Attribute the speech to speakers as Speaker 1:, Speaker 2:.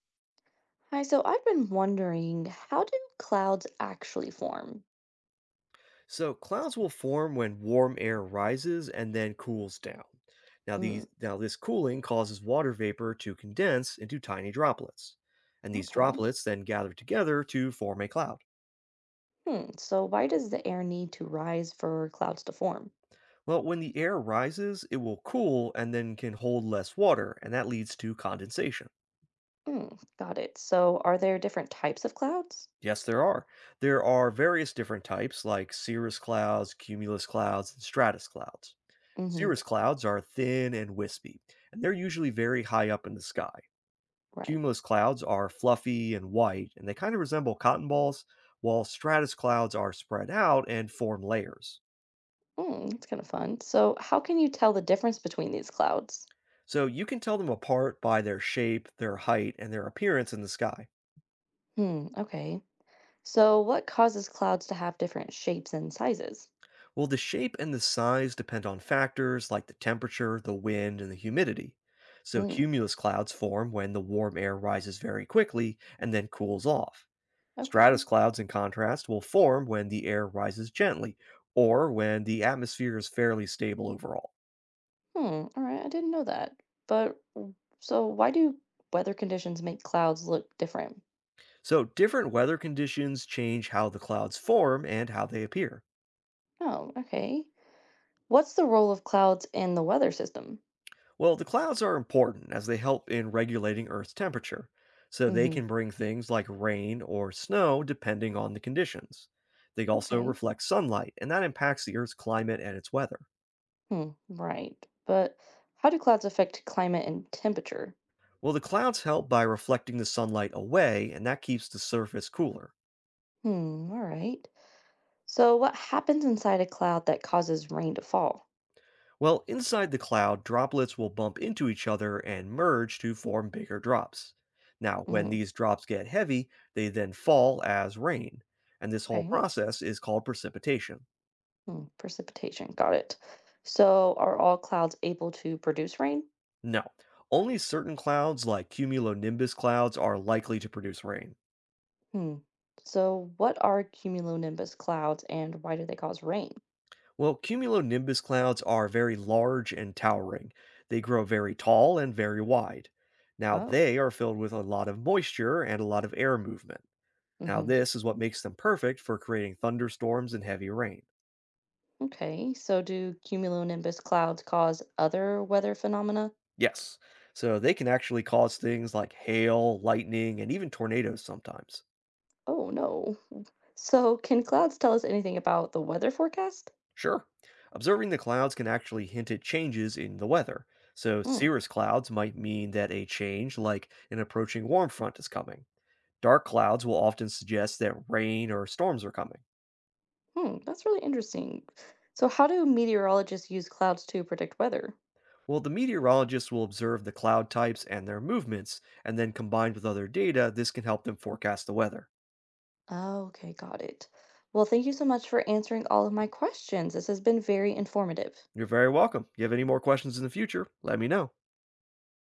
Speaker 1: Hi, so I've been wondering, how do clouds actually form?
Speaker 2: So clouds will form when warm air rises and then cools down. Now
Speaker 1: Mm,
Speaker 2: these now this cooling causes water vapor to condense into tiny droplets. And these
Speaker 1: okay.
Speaker 2: droplets then gather together to form a cloud.
Speaker 1: Hmm. So why does the air need to rise for clouds to form?
Speaker 2: Well, when the air rises, it will cool and then can hold less water, and that leads to condensation.
Speaker 1: Mm, got it. So are there different types of clouds?
Speaker 2: Yes, there are. There are various different types like cirrus clouds, cumulus clouds, and stratus clouds.
Speaker 1: Mm-hmm.
Speaker 2: Cirrus clouds are thin and wispy, and they're usually very high up in the sky.
Speaker 1: Right.
Speaker 2: Cumulus clouds are fluffy and white, and they kind of resemble cotton balls, while stratus clouds are spread out and form layers.
Speaker 1: Mm, that's kind of fun. So how can you tell the difference between these clouds?
Speaker 2: So you can tell them apart by their shape, their height, and their appearance in the sky.
Speaker 1: Hmm. Okay. So what causes clouds to have different shapes and sizes?
Speaker 2: Well, the shape and the size depend on factors like the temperature, the wind, and the humidity. So
Speaker 1: Mm,
Speaker 2: cumulus clouds form when the warm air rises very quickly and then cools off.
Speaker 1: okay.
Speaker 2: Stratus clouds, in contrast, will form when the air rises gently or when the atmosphere is fairly stable overall.
Speaker 1: Hmm. All right. I didn't know that. But so why do weather conditions make clouds look different?
Speaker 2: So, different weather conditions change how the clouds form and how they appear.
Speaker 1: Oh, okay. What's the role of clouds in the weather system?
Speaker 2: Well, the clouds are important as they help in regulating Earth's temperature, so they
Speaker 1: Hmm.
Speaker 2: can bring things like rain or snow depending on the conditions. They also
Speaker 1: Okay.
Speaker 2: reflect sunlight, and that impacts the Earth's climate and its weather.
Speaker 1: Hmm. Right. But how do clouds affect climate and temperature?
Speaker 2: Well, the clouds help by reflecting the sunlight away, and that keeps the surface cooler.
Speaker 1: Hmm. All right. So what happens inside a cloud that causes rain to fall?
Speaker 2: Well, inside the cloud, droplets will bump into each other and merge to form bigger drops. Now, when
Speaker 1: Mm,
Speaker 2: these drops get heavy, they then fall as rain, and this whole
Speaker 1: okay.
Speaker 2: process is called precipitation.
Speaker 1: Hmm. Precipitation. Got it. So are all clouds able to produce rain?
Speaker 2: Now, only certain clouds like cumulonimbus clouds are likely to produce rain.
Speaker 1: Hmm. So what are cumulonimbus clouds and why do they cause rain?
Speaker 2: Well, cumulonimbus clouds are very large and towering. They grow very tall and very wide. Now,
Speaker 1: Oh.
Speaker 2: they are filled with a lot of moisture and a lot of air movement. Now,
Speaker 1: Mm-hmm.
Speaker 2: this is what makes them perfect for creating thunderstorms and heavy rain.
Speaker 1: Okay, so do cumulonimbus clouds cause other weather phenomena?
Speaker 2: Yes. So, they can actually cause things like hail, lightning, and even tornadoes sometimes.
Speaker 1: Oh no. So can clouds tell us anything about the weather forecast?
Speaker 2: Sure. Observing the clouds can actually hint at changes in the weather. So,
Speaker 1: Mm,
Speaker 2: cirrus clouds might mean that a change, like an approaching warm front, is coming. Dark clouds will often suggest that rain or storms are coming.
Speaker 1: hmm, that's really interesting. So how do meteorologists use clouds to predict weather?
Speaker 2: Well, the meteorologists will observe the cloud types and their movements, and then combined with other data, this can help them forecast the weather.
Speaker 1: Okay, got it. Well, thank you so much for answering all of my questions. This has been very informative.
Speaker 2: You're very welcome. You have any more questions in the future, let me know.